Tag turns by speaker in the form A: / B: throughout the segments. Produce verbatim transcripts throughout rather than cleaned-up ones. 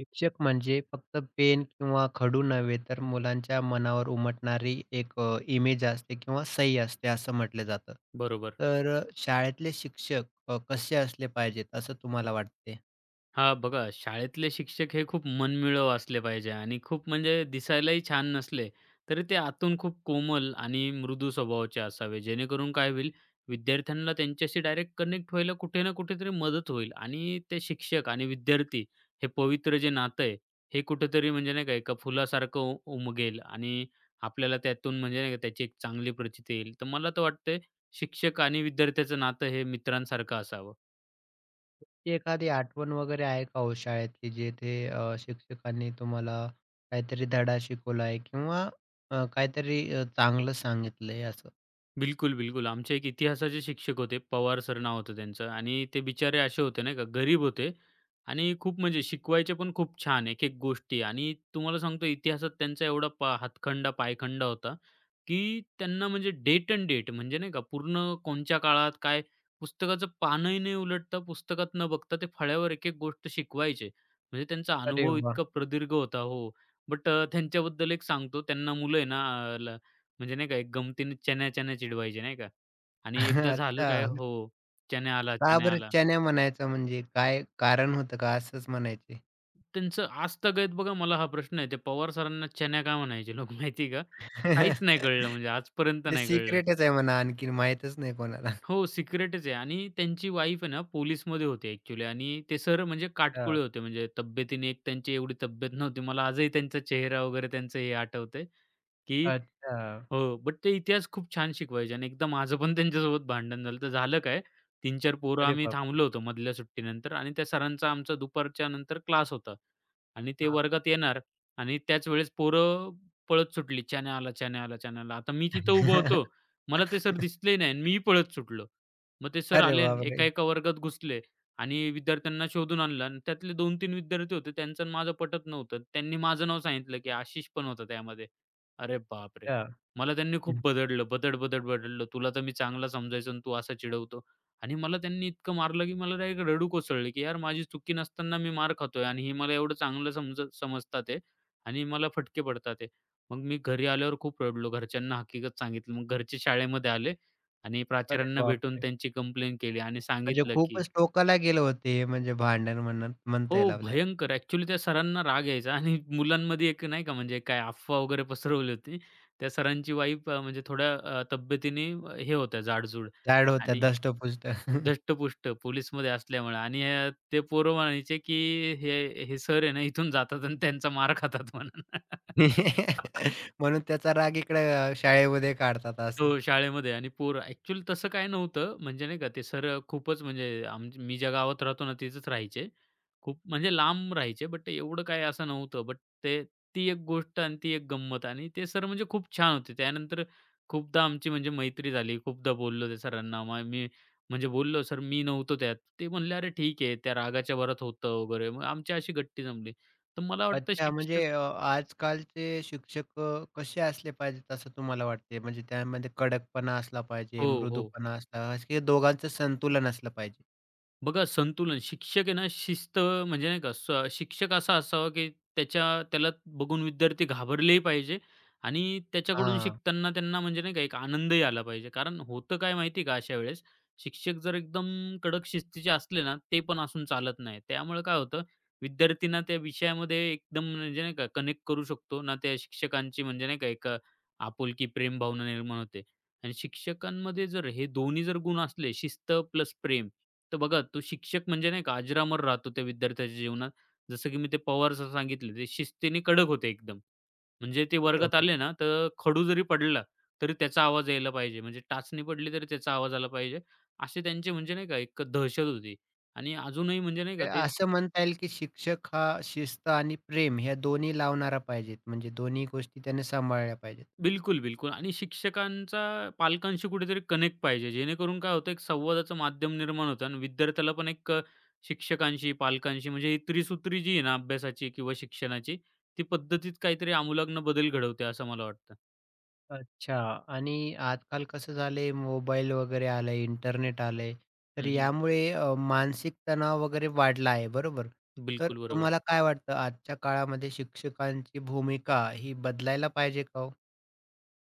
A: शिक्षक म्हणजे फक्त पेन किंवा खडू नव्हे, तर मुलांच्या मनावर उमटणारी एक इमेज असते किंवा सही असते असं म्हटलं जातं.
B: बरोबर.
A: तर अ, शाळेतले शिक्षक अ, कसे असले पाहिजेत असं तुम्हाला वाटते?
B: हां, बघा शाळेतले शिक्षक हे खूप मनमिळाऊ असले पाहिजे आणि खूप म्हणजे दिसायलाही छान नसले, तरी ते आतून खूप कोमल आणि मृदू स्वभावाचे असावे. जेणेकरून काय होईल, विद्यार्थ्यांना त्यांच्याशी डायरेक्ट कनेक्ट व्हायला कुठे ना कुठेतरी मदत होईल आणि ते शिक्षक आणि विद्यार्थी हे पवित्र जे नातं आहे, हे कुठेतरी म्हणजे नाही का एका फुलासारखं उ उमगेल आणि आपल्याला त्यातून म्हणजे नाही का त्याची एक चांगली प्रचिती येईल. तर मला तर वाटतंय शिक्षक आणि विद्यार्थ्याचं नातं हे मित्रांसारखं असावं.
A: ती एखादी आठवण वगैरे आहे का हो शाळेतली जेथे अ, शिक्षकांनी तुम्हाला काहीतरी धडा शिकवलाय किंवा अ, काहीतरी अ, चांगलं सांगितलंय असं?
B: बिलकुल, बिलकुल. आमचे एक इतिहासाचे शिक्षक होते. पवार सर नाव होतं त्यांचं आणि ते बिचारे असे होते नाही का, गरीब होते आणि खूप म्हणजे शिकवायचे पण खूप छान एक-एक गोष्टी आणि तुम्हाला सांगतो इतिहासात त्यांचा एवढा पा हातखंडा, पायखंडा होता, की त्यांना म्हणजे डेट अँड डेट म्हणजे नाही का पूर्ण कोणच्या काळात काय पुस्तकाचं पानही नाही उलटता, पुस्तकात न बघता ते फळ्यावर एक-एक गोष्ट शिकवायचे. म्हणजे त्यांचा
A: अरे
B: अनुभव
A: वाह!
B: इतका प्रदीर्घ होता. हो. बट त्यांच्याबद्दल एक सांगतो त्यांना मुलं आहे ना, म्हणजे नाही का, एक गमतीने चण्या-चण्या चिडवायचे नाही का? आणि एकदा झालं काय
A: अच्छा.
B: हो, चण्या आला,
A: का
B: चण्या
A: बरं
B: आला.
A: चण्या म्हणायचं म्हणजे काय कारण होतं का असंच म्हणायचे?
B: त्यांचं आजतागत बघा मला हा प्रश्न आहे, ते पवार सरांना चण्या का म्हणायचे लोक माहिती का? काहीच नाही कळलं म्हणजे आजपर्यंत
A: ते
B: नाही कळलं.
A: सिक्रेटच आहे म्हणा आणखीन माहीतच नाही कोणाला.
B: हो, सिक्रेटच आहे आणि त्यांची वाईफ आहे ना पोलिसमध्ये होती ॲक्चुअली आणि ते सर म्हणजे
A: अच्छा,
B: काटकुळे होते. म्हणजे तब्येतीने एक त्यांची एवढी तब्येत नव्हती. मला आजही त्यांचा चेहरा वगैरे त्यांचं हे आठवतंय, की
A: अच्छा.
B: हो, बट ते इतिहास खूप छान शिकवायचे आणि एकदा माझं पण त्यांच्यासोबत भांडण झालं. तर झालं काय तीन चार पोरं
A: अरे
B: आम्ही
A: बापरे!
B: थांबलो होतो मधल्या सुट्टीनंतर आणि त्या सरांचा आमचा दुपारच्या नंतर क्लास होता आणि ते
A: हां.
B: वर्गात येणार आणि त्याच वेळेस पोरं पळत सुटली. "चॅने आला, चॅने आला, चॅने आला." आता मी तिथं उभं होतो. मला ते सर दिसले नाही आणि मीही पळत सुटलो. मग ते सर
A: अरे
B: आले आणि
A: बापरे!
B: एका-एका वर्गात घुसले आणि विद्यार्थ्यांना शोधून आणलं आणि त्यातले दोन तीन विद्यार्थी होते त्यांचं आणि माझं पटत नव्हतं. त्यांनी माझं नाव सांगितलं, की आशिष पण होता त्यामध्ये. अरे बापरे!
A: अच्छा.
B: मला त्यांनी खूप
A: हं.
B: बदडलं, बदड-बदड बदडलं. तुला तर मी चांगला समजायचो आणि तू असा चिडवतो. आणि मला त्यांनी इतकं मारलं, की मला डायरेक्ट रडू कोसळले, की यार माझी चुकी नसताना मी मार खातोय आणि हे मला एवढं चांगलं समज समजतात आहे आणि मला फटके पडतात आहे. मग मी घरी आल्यावर खूप रडलो. घरच्यांना हकीकत सांगितलं. मग घरचे शाळेमध्ये आले आणि
A: अरे
B: प्राचार्यांना भेटून
A: बापरे!
B: त्यांची कंप्लेंट केली आणि
A: म्हणजे
B: सांगितलं, की
A: खूपच टोकाला गेलं होतं हे म्हणजे भांडण म्हणत म्हणता
B: हो,
A: येईल आपल्याला.
B: भयंकर. ॲक्चुअली त्या सरांना राग यायचा आणि मुलांमध्ये एक नाही का म्हणजे काय अफवा वगैरे पसरवली होती. त्या सरांची वाईफ अ, म्हणजे थोड्या अ, तब्येतीने अ, हे होत्या जाडजूड
A: जाड होत्या
B: आणि
A: धष्टपुष्ट.
B: धष्टपुष्ट पोलिसमध्ये असल्यामुळे आणि अ, ते पोरं म्हणायचे, की "हे हे सर आहे ना, इथून जातात आणि त्यांचा मार खातात" म्हणून.
A: म्हणून त्याचा राग इकडे शाळेमध्ये काढतात.
B: हो, शाळेमध्ये आणि पोर ॲक्चुअली तसं काही नव्हतं. म्हणजे नाही का ते सर अ, खूपच म्हणजे आम मी ज्या गावात राहतो ना तिथेच राहायचे. खूप म्हणजे लांब राहायचे बट एवढं काही असं नव्हतं. बट ते ती एक गोष्ट आणि ती एक गंमत आणि ते सर म्हणजे खूप छान होते. त्यानंतर खूपदा आमची म्हणजे मैत्री झाली. खूपदा बोललो त्या सरांना. मग मी म्हणजे बोललो, "सर मी नव्हतो त्यात." ते म्हणले, "अरे ठीक आहे, त्या रागाच्या भरात होतं वगैरे." मग आमची अशी गट्टी जमली. तर मला वाटतं
A: अच्छा,
B: शिक्षक
A: म्हणजे अ, आजकालचे शिक्षक अ, कसे असले पाहिजेत असं तुम्हाला वाटते? म्हणजे त्यामध्ये कडकपणा असला पाहिजे,
B: हो, हो.
A: मृदूपणा असला, हे दोघांचं संतुलन असलं पाहिजे.
B: बघा संतुलन. शिक्षक आहे ना शिस्त म्हणजे नाही का, स शिक्षक असा असावा, की त्याच्या त्याला बघून विद्यार्थी घाबरलेही पाहिजे आणि त्याच्याकडून
A: हां,
B: शिकताना त्यांना म्हणजे नाही का एक आनंदही आला पाहिजे. कारण होतं काय माहिती आहे का अशा वेळेस, शिक्षक जर एकदम कडक शिस्तीचे असले ना, ते पण असून चालत नाही. त्यामुळे काय होतं, विद्यार्थ्यांना त्या विषयामध्ये एकदम म्हणजे नाही का कनेक्ट करू शकतो ना त्या शिक्षकांची म्हणजे नाही का एक अ, आपुलकी, प्रेम भावना निर्माण होते. आणि शिक्षकांमध्ये जर हे दोन्ही जर गुण असले शिस्त प्लस प्रेम, तर बघा, तो शिक्षक म्हणजे नाही का अजरामर राहतो त्या विद्यार्थ्याच्या जीवनात. जसं की मी ते पवार सर सांगितले, ते शिस्तीने कडक होते एकदम. म्हणजे ते वर्गात
A: बरोबर.
B: आले ना, तर खडू जरी पडला, तरी त्याचा आवाज यायला पाहिजे. म्हणजे टाचणी पडली, तरी त्याचा आवाज आला पाहिजे. असे त्यांचे म्हणजे नाही का एक दहशत होती आणि अजूनही म्हणजे नाही का
A: ते
B: ते
A: असं म्हणता येईल की शिक्षक हा शिस्त आणि प्रेम ह्या दोन्ही लावणारा पाहिजेत. म्हणजे दोन्ही गोष्टी त्याने सांभाळल्या पाहिजेत.
B: बिलकुल, बिलकुल. आणि शिक्षकांचा पालकांशी कुठेतरी कनेक्ट पाहिजे. जेणेकरून काय होतं, एक संवादाचं माध्यम निर्माण होतं आणि विद्यार्थ्याला पण एक अ, शिक्षकांशी, पालकांशी म्हणजे ही त्रिसूत्री जी आहे ना अभ्यासाची किंवा शिक्षणाची, ती पद्धतीत काहीतरी आमूलाग्न बदल घडवते असं मला वाटतं.
A: अच्छा. आणि आजकाल कसं झालंय, मोबाईल वगैरे आलंय, इंटरनेट आलंय. तर
B: हं, हं.
A: यामुळे अ, मानसिक तणाव वगैरे वाढला आहे, बरोबर? तर
B: बिलकुल बरोबर.
A: तुम्हाला काय वाटतं, आजच्या काळामध्ये शिक्षकांची भूमिका ही बदलायला पाहिजे का हो?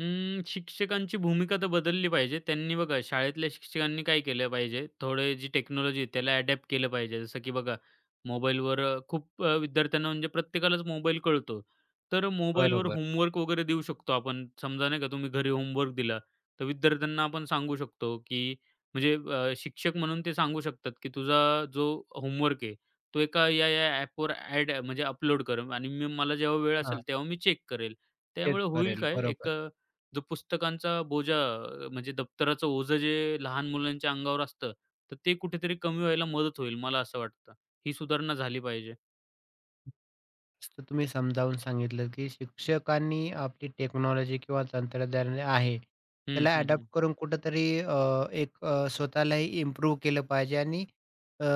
B: अं, शिक्षकांची भूमिका तर बदलली पाहिजे. त्यांनी बघा शाळेतल्या शिक्षकांनी काय केलं पाहिजे, थोडे जी टेक्नॉलॉजी आहे त्याला अडॅप्ट केलं पाहिजे. जसं की बघा मोबाईलवर खूप अ, विद्यार्थ्यांना म्हणजे प्रत्येकालाच मोबाईल कळतो. तर मोबाईलवर
A: बरोबर.
B: होमवर्क वगैरे देऊ शकतो आपण. समजा नाही का तुम्ही घरी होमवर्क दिला, तर विद्यार्थ्यांना आपण सांगू शकतो, की म्हणजे अ, शिक्षक म्हणून ते सांगू शकतात, की तुझा जो होमवर्क आहे तो एका या-या ॲपवर ॲड म्हणजे अपलोड कर आणि मी मला जेव्हा वेळ
A: हां,
B: असेल तेव्हा मी चेक करेल.
A: चेक
B: त्यामुळे होईल
A: करेल,
B: काय एक
A: बरोबर.
B: जो पुस्तकांचा बोजा अ, म्हणजे दप्तराचं ओझं जे लहान मुलांच्या अंगावर असतं, तर ते कुठेतरी कमी व्हायला मदत होईल, मला असं वाटतं. ही सुधारणा झाली पाहिजे.
A: मस्त तुम्ही समजावून सांगितलं, की शिक्षकांनी आपली टेक्नॉलॉजी किंवा तंत्रज्ञान आहे,
B: हं,
A: त्याला
B: हं,
A: अडॉप्ट
B: हं.
A: करून कुठेतरी अ, एक, अ, स्वतःलाही इम्प्रूव्ह केलं पाहिजे आणि अ,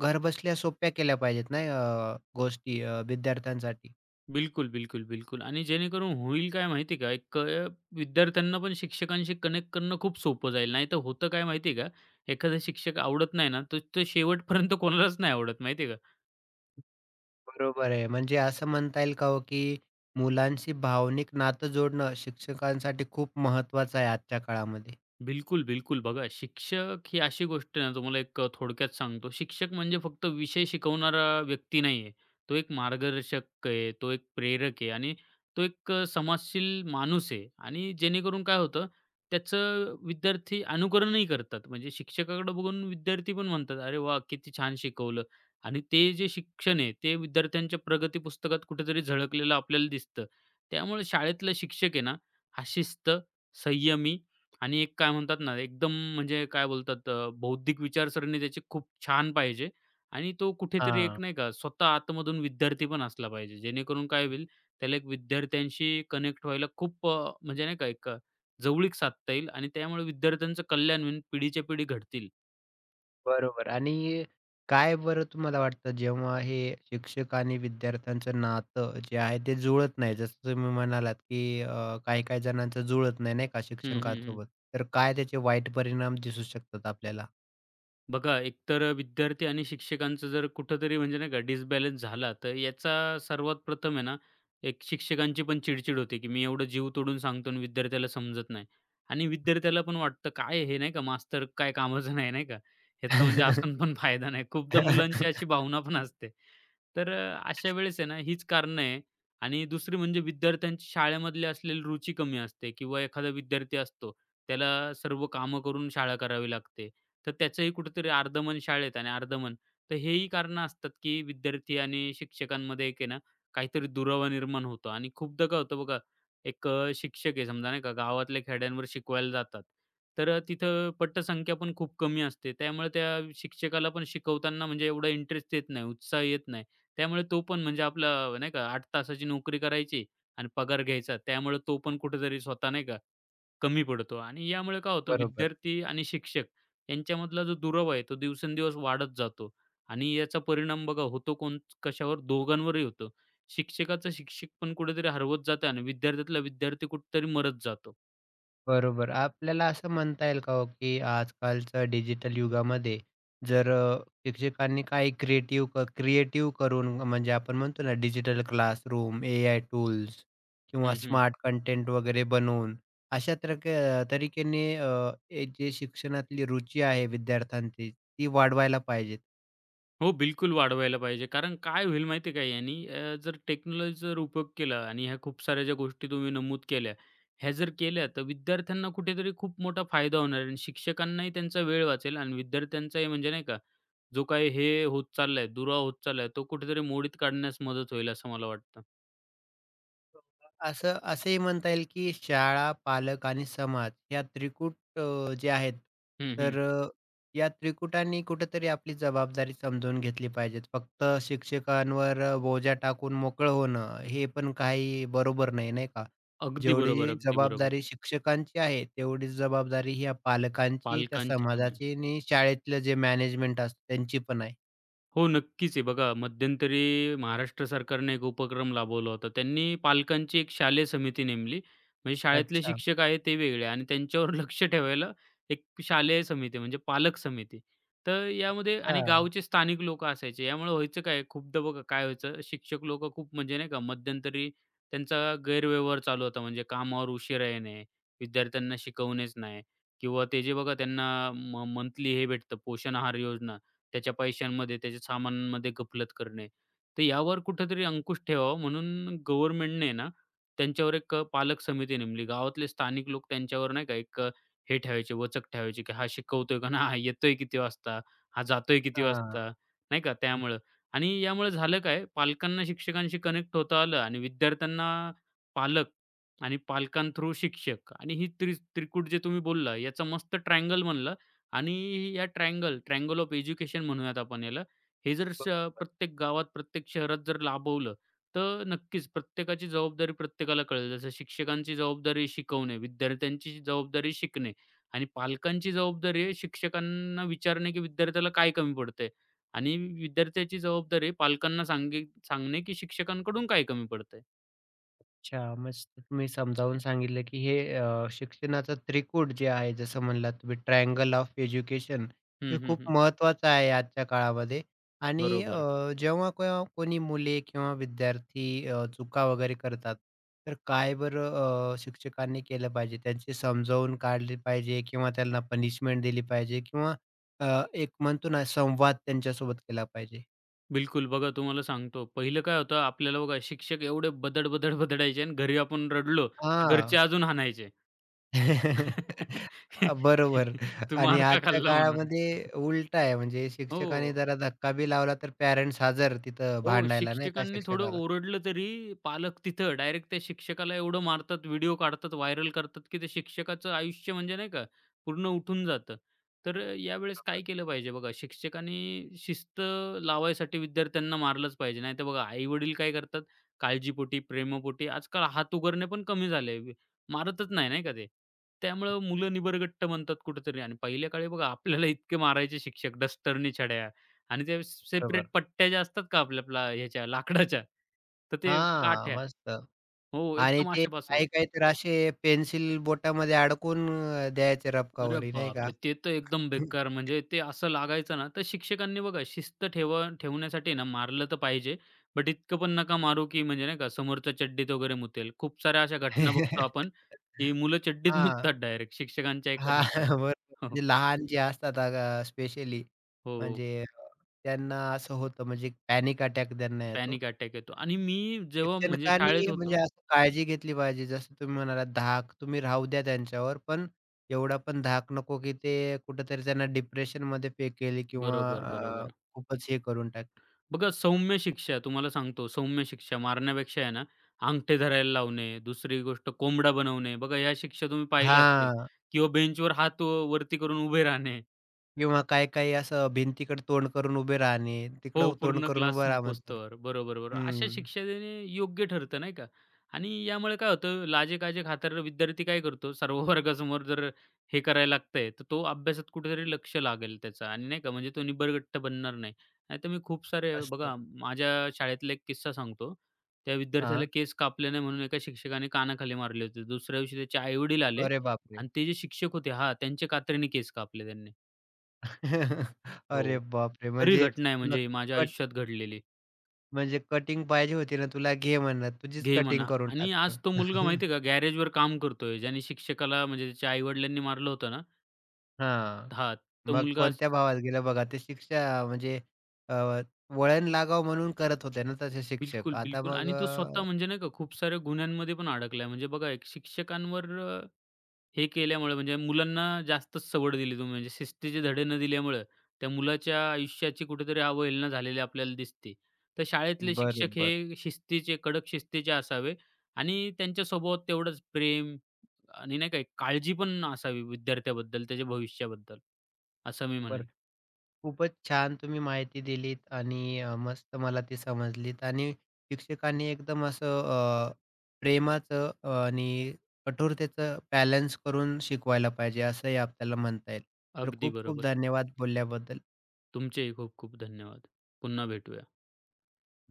A: घरबसल्या सोप्या केल्या पाहिजेत नाही अ, गोष्टी अ, विद्यार्थ्यांसाठी.
B: बिलकुल, बिलकुल, बिलकुल आणि जेणेकरून होईल काय माहिती आहे का, एक अ, विद्यार्थ्यांना पण शिक्षकांशी कनेक्ट करणं खूप सोपं जाईल. नाहीतर होतं काय माहिती आहे का, एखादा शिक्षक आवडत नाही ना, तर तो शेवटपर्यंत कोणालाच नाही आवडत माहिती आहे का?
A: बरोबर आहे. म्हणजे असं म्हणता येईल का हो, की मुलांशी भावनिक नातं जोडणं शिक्षकांसाठी खूप महत्त्वाचं आहे आजच्या काळामध्ये?
B: बिलकुल, बिलकुल. बघा शिक्षक ही अशी गोष्ट आहे ना, तुम्हाला एक अ, थोडक्यात सांगतो. शिक्षक म्हणजे फक्त विषय शिकवणारा व्यक्ती नाहीये. तो एक मार्गदर्शक आहे, तो एक प्रेरक आहे आणि तो एक अ, समाजशील माणूस आहे आणि जेणेकरून काय होतं, त्याचं विद्यार्थी अनुकरणही करतात. म्हणजे शिक्षकाकडे बघून विद्यार्थी पण म्हणतात, "अरे वाह! किती छान शिकवलं." आणि ते जे शिक्षण आहे, ते विद्यार्थ्यांच्या प्रगती पुस्तकात कुठेतरी झळकलेलं आपल्याला दिसतं. त्यामुळे शाळेतला शिक्षक आहे ना, हा शिस्त, संयमी आणि एक काय म्हणतात ना, एकदम म्हणजे काय बोलतात अ, बौद्धिक विचारसरणी त्याची खूप छान पाहिजे आणि तो कुठेतरी एक
A: हां.
B: नाही का स्वतः आतमधून विद्यार्थी पण असला पाहिजे. जेणेकरून काय होईल, त्याला एक विद्यार्थ्यांशी कनेक्ट व्हायला खूप अ, म्हणजे नाही का एक अ, जवळीक साधता येईल आणि त्यामुळे विद्यार्थ्यांचं कल्याण होईल, पिढीच्या पिढी घडतील.
A: बरोबर. आणि काय बरं तुम्हाला वाटतं, जेव्हा हे शिक्षक आणि विद्यार्थ्यांचं नातं जे आहे ते जुळत नाही, जसं तुम्ही म्हणालात की अ, काही काही जणांचं जुळत नाही नाही का
B: हं, हं, हं.
A: शिक्षकांसोबत, तर काय त्याचे वाईट परिणाम दिसू शकतात आपल्याला?
B: बघा, एकतर अ, विद्यार्थी आणि शिक्षकांचं जर कुठेतरी म्हणजे नाही का डिसबॅलन्स झाला, तर याचा सर्वात प्रथम आहे ना, एक शिक्षकांची पण चिडचिड होते, की मी एवढं जीव तोडून सांगतो आणि विद्यार्थ्याला समजत नाही. आणि विद्यार्थ्याला पण वाटतं काय हे नाही का मास्तर काय कामाचं नाही, नाही का? ह्याचा म्हणजे असून पण फायदा नाही. खूपदा मुलांची अशी भावना पण असते. तर अ, अशा वेळेस आहे ना, हीच कारणं आहे. आणि दुसरी म्हणजे विद्यार्थ्यांची शाळेमधली असलेली रुची कमी असते किंवा एखादा विद्यार्थी असतो, त्याला सर्व कामं करून शाळा करावी लागते. तर त्याचंही कुठेतरी अर्धमन शाळेत आणि अर्धमन तर हेही कारणं असतात, की विद्यार्थी आणि शिक्षकांमध्ये एक आहे ना, काहीतरी दुरावा निर्माण होतो आणि खूपदा काय होतं बघा, एक अ, शिक्षक आहे समजा नाही का, गावातल्या खेड्यांवर शिकवायला जातात. तर अ, तिथं पटसंख्या पण खूप कमी असते. त्यामुळे त्या शिक्षकाला पण शिकवताना म्हणजे एवढा इंटरेस्ट येत नाही, उत्साह येत नाही. त्यामुळे तो पण म्हणजे आपला नाही का आठ तासाची नोकरी करायची आणि पगार घ्यायचा. त्यामुळे तो पण कुठेतरी स्वतः नाही का, कमी पडतो आणि यामुळे काय होतं
A: बरोबर.
B: विद्यार्थी आणि शिक्षक यांच्यामधला जो दुरावा आहे तो दिवसेंदिवस वाढत जातो आणि याचा परिणाम बघा होतो कोण कशावर दोघांवरही होतो. शिक्षकाचं शिक्षक पण कुठेतरी हरवत जातं आणि विद्यार्थ्यातला विद्यार्थी कुठेतरी मरत जातो.
A: बरोबर. आपल्याला असं म्हणता येईल का हो, की आजकालच्या डिजिटल युगामध्ये जर अ, शिक्षकांनी काही क्रिएटिव्ह क्रिएटिव्ह करून, म्हणजे आपण म्हणतो ना डिजिटल क्लासरूम, एआय टूल्स किंवा
B: हं, हं.
A: स्मार्ट कंटेंट वगैरे बनवून अशा तरक तरीकेने, अ, हे जे शिक्षणातली रुची आहे विद्यार्थ्यांची ती वाढवायला पाहिजे.
B: हो, बिलकुल वाढवायला पाहिजे. कारण काय होईल माहिती आहे का यानी अ, जर टेक्नॉलॉजीचा जर उपयोग केला आणि ह्या खूप साऱ्या ज्या गोष्टी तुम्ही नमूद केल्या, ह्या जर केल्या तर विद्यार्थ्यांना कुठेतरी खूप मोठा फायदा होणार आहे आणि शिक्षकांनाही त्यांचा वेळ वाचेल आणि विद्यार्थ्यांचाही म्हणजे नाही का जो काही हे होत चाललाय, दुरावा होत चाललाय, तो कुठेतरी मोडीत काढण्यास मदत होईल असं मला वाटतं.
A: असं असंही म्हणता येईल, की शाळा, पालक आणि समाज या त्रिकूट अ, जे आहेत,
B: हं, हं.
A: तर अ, या त्रिकुटांनी कुठेतरी आपली जबाबदारी समजून घेतली पाहिजे. फक्त शिक्षकांवर अ, बोजा टाकून मोकळं होणं हे पण काही बरोबर नाही, नाही का?
B: अगदी बरोबर,
A: जेवढी
B: अगदी बरोबर.
A: जबाबदारी शिक्षकांची आहे, तेवढीच जबाबदारी ह्या पालकांची, त्या
B: पालकांची पण आहे.
A: समाजाची आणि शाळेतलं जे मॅनेजमेंट असतं त्यांची पण आहे.
B: हो, नक्कीच आहे. बघा मध्यंतरी महाराष्ट्र सरकारने एक उपक्रम राबवला होता. त्यांनी पालकांची एक शालेय समिती नेमली. म्हणजे
A: अच्छा,
B: शाळेतले
A: अच्छा.
B: शिक्षक आहेत ते वेगळे आणि त्यांच्यावर लक्ष ठेवायला एक शालेय समिती म्हणजे पालक समिती. तर यामध्ये आणि गावचे स्थानिक लोकं असायचे. यामुळे व्हायचं काय खूपदा बघा काय व्हायचं शिक्षक लोकं खूप म्हणजे नाही का मध्यंतरी त्यांचा गैरव्यवहार चालू होता. म्हणजे कामावर उशिरा येणे, विद्यार्थ्यांना शिकवणेच नाही किंवा ते जे बघा त्यांना मंथली हे भेटतं पोषण आहार योजना त्याच्या पैशांमध्ये, त्याच्या सामानांमध्ये गफलत करणे. तर यावर कुठेतरी अंकुश ठेवावा म्हणून गव्हर्नमेंटने ना, त्यांच्यावर एक अ, पालक समिती नेमली. गावातले स्थानिक लोक त्यांच्यावर नाही का एक अ, हे ठेवायचे, वचक ठेवायचे, की हा शिकवतोय का नाही? हा येतोय किती वाजता? हा जातोय किती
A: हां.
B: वाजता? नाही का त्यामुळं. आणि यामुळे झालं काय? पालकांना शिक्षकांशी कनेक्ट होता आलं आणि विद्यार्थ्यांना पालक आणि पालकां थ्रू शिक्षक आणि ही त्रि त्रिकूट जे तुम्ही बोलला, याचा मस्त ट्रायंगल बनला आणि या ट्रायंगल, ट्रायंगल ऑफ एज्युकेशन म्हणूयात आपण याला. हे जर श प्रत्येक गावात, प्रत्येक शहरात जर लाभवलं, तर नक्कीच प्रत्येकाची जबाबदारी प्रत्येकाला कळेल. जसं शिक्षकांची जबाबदारी शिकवणे, विद्यार्थ्यांची जबाबदारी शिकणे आणि पालकांची जबाबदारी आहे शिक्षकांना विचारणे, की विद्यार्थ्याला काय कमी पडतंय आणि विद्यार्थ्याची जबाबदारी आहे पालकांना सांगे सांगणे, की शिक्षकांकडून काय कमी पडतंय.
A: अच्छा. मस्त तुम्ही समजावून सांगितलं, की हे अ, शिक्षणाचं त्रिकूट जे आहे, जसं म्हणलात तुम्ही ट्रायंगल ऑफ एज्युकेशन,
B: हं,
A: हे
B: हं,
A: खूप
B: हं.
A: महत्त्वाचं आहे आजच्या काळामध्ये. आणि
B: बरोबर.
A: अ, जेव्हा केव्हा कोणी मुले किंवा विद्यार्थी अ, चुका वगैरे करतात, तर काय बरं अ, शिक्षकांनी केलं पाहिजे? त्यांची समजावून काढली पाहिजे किंवा त्यांना पनिशमेंट दिली पाहिजे किंवा अ, एक म्हणतो ना संवाद त्यांच्यासोबत केला पाहिजे?
B: बिलकुल. बघा तुम्हाला सांगतो, पहिलं काय होतं आपल्याला बघा शिक्षक एवढे बदड, बदड बदडायचे आणि घरी आपण रडलो, तर घरचे
A: हां.
B: अजून हाणायचे.
A: अ, बरोबर.
B: तू
A: आणि
B: मार का
A: आजच्या
B: खाल्ला म्हणून.
A: काळामध्ये उलट आहे, म्हणजे
B: हो.
A: शिक्षकाने जरा धक्का बी लावला तर पॅरेंट्स हजर तिथं
B: हो,
A: भांडायला, नाही का,
B: शिक्षकांनी थोडं
A: शिक्षकाला.
B: ओरडलं तरी पालक तिथं डायरेक्ट त्या शिक्षकाला एवढं मारतात, व्हिडिओ काढतात, व्हायरल करतात, की त्या शिक्षकाचं आयुष्य म्हणजे नाही का पूर्ण उठून जातं. तर अ, यावेळेस
A: बरोबर,
B: काय केलं पाहिजे बघा, शिक्षकांनी शिस्त लावायसाठी विद्यार्थ्यांना मारलंच पाहिजे. नाहीतर बघा आई-वडील काय करतात, काळजीपोटी, प्रेमापोटी आजकाल हात उगारणे पण कमी झाले. वि- मारतच नाही, नाही का ते. त्यामुळं मुलं निबरगट्ट बनतात कुठेतरी आणि पहिल्या काळी बघा आपल्याला इतके मारायचे शिक्षक डस्टरनी छड्या. आणि ते सेपरेट
A: बरोबर.
B: पट्ट्या ज्या असतात का आपल्या आपल्या ह्याच्या लाकडाच्या, तर ते
A: हां,
B: काठ्या
A: मस्त.
B: हो,
A: आणि
B: एकदम
A: ते
B: अशा बसवायच्या.
A: काही-काही तर असे पेन्सिल बोटामध्ये अडकवून अ, द्यायचे
B: अरे
A: रबकावरी, नाही का?
B: बापरे! ते तर एकदम बेकार म्हणजे ते असं लागायचं ना, तर शिक्षकांनी बघा शिस्त ठेवा ठेवण्यासाठी ना मारलं तर पाहिजे, बट इतकं पण नका मारू, की म्हणजे नाही का समोरचा चड्डीत वगैरे मुतेल. खूप साऱ्या अशा घटना बघतो आपण, की मुलं चड्डीत
A: हां.
B: मुततात डायरेक्ट शिक्षकांच्या
A: हां,
B: एका धपाट्यात.
A: बरोबर.
B: हो,
A: म्हणजे लहान जे असतात, अ, स्पेशली,
B: हो.
A: म्हणजे अ, त्यांना असं होतं, म्हणजे पॅनिक अटॅक त्यांना येतो.
B: पॅनिक अटॅक येतो आणि मी जेव्हा म्हणजे शाळेत
A: शिक्षकांनी म्हणजे
B: होतो
A: असं काळजी घेतली पाहिजे. जसं तुम्ही म्हणालात धाक तुम्ही राहू द्या त्यांच्यावर, पण एवढा पण धाक नको की ते कुठेतरी त्यांना डिप्रेशनमध्ये फेकेल किंवा
B: बरोबर,
A: अ,
B: बरोबर.
A: खूपच हे करून टाकेल.
B: बघा सौम्य शिक्षा तुम्हाला सांगतो, सौम्य शिक्षा मारण्यापेक्षा आहे ना, अंगठे धरायला लावणे, दुसरी गोष्ट कोंबडा बनवणे. बघा, या शिक्षा तुम्ही पाहिल्या असतील
A: हां.
B: किंवा बेंचवर हात अ, वरती करून उभे राहणे.
A: किंवा काही-काही असं भिंतीकडे तोंड करून उभे राहणे,
B: हो,
A: तिकडं तोंड
B: पूर्ण
A: करून
B: क्लास
A: उभं राहा म्हणतात.
B: संपोस्तवर. बरोबर, बरोबर. अशा
A: हं.
B: शिक्षेने योग्य ठरतं नाही का? आणि यामुळे काय होतं, लाजे-काजे खातर विद्यार्थी काय करतो, सर्व वर्गासमोर जर हे करायला लागतंय, तर तो अभ्यासात कुठेतरी लक्ष लागेल त्याचं आणि नाही का, म्हणजे तो निबरगट्ट बनणार नाही. नाहीतर मी खूप सारे
A: असतं.
B: बघा, माझ्या शाळेतला एक किस्सा सांगतो. त्या विद्यार्थ्याला
A: हां.
B: केस कापले नाही म्हणून एका शिक्षकाने कानाखाली मारले होते. दुसऱ्या दिवशी त्याचे आई आले
A: अरे बापरे!
B: आणि ते जे शिक्षक होते हां, त्यांचे कात्रीने केस कापले त्यांनी. हो,
A: अरे बापरे!
B: खरी
A: म्हणजे
B: घटना आहे
A: तुला
B: म्हणजे ही माझ्या
A: कट
B: आयुष्यात घडलेली.
A: म्हणजे कटिंग पाहिजे होती ना तुला, घे म्हणलं. तुझीच
B: घे म्हणा
A: कटिंग करून
B: आणि आज
A: टाकतो.
B: तो मुलगा माहिती आहे का गॅरेजवर काम करतोय, ज्याने शिक्षकाला म्हणजे त्याच्या आई-वडिलांनी मारलं होतं ना
A: हां.
B: हां, तो
A: मग
B: मुलगा आज
A: कोणत्या भावात गेलं बघा. ते शिक्षा म्हणजे अ, वळण लागावं म्हणून करत होते ना तसे
B: बिलकुल,
A: शिक्षक. आता
B: बिलकुल
A: मग
B: आणि तो स्वतः
A: अ,
B: म्हणजे नाही का खूप साऱ्या गुन्ह्यांमध्ये पण अडकलाय. म्हणजे बघा एक शिक्षकांवर हे केल्यामुळे म्हणजे मुलांना जास्तच सवड दिली तुम्ही म्हणजे शिस्तीचे धडे न दिल्यामुळं त्या मुलाच्या आयुष्याची कुठेतरी अवहेलना झालेली आपल्याला दिसते. तर शाळेतले शिक्षक
A: बरोबर.
B: हे शिस्तीचे, कडक शिस्तीचे असावे आणि त्यांच्या स्वभावात तेवढंच प्रेम आणि नाही का काळजी पण असावी विद्यार्थ्याबद्दल, त्याच्या भविष्याबद्दल, असं मी म्हणेल.
A: बरं. खूपच छान तुम्ही माहिती दिलीत आणि अ, मस्त मला ती समजलीत. आणि शिक्षकांनी एकदम असं अ, प्रेमाचं अ, आणि कठोरतेचं बॅलन्स करून शिकवायला पाहिजे, असंही आपल्याला म्हणता येईल. तर
B: अगदी
A: खूप खूप
B: बरोबर.
A: धन्यवाद बोलल्याबद्दल.
B: तुमचेही खूप खूप धन्यवाद. पुन्हा भेटूया.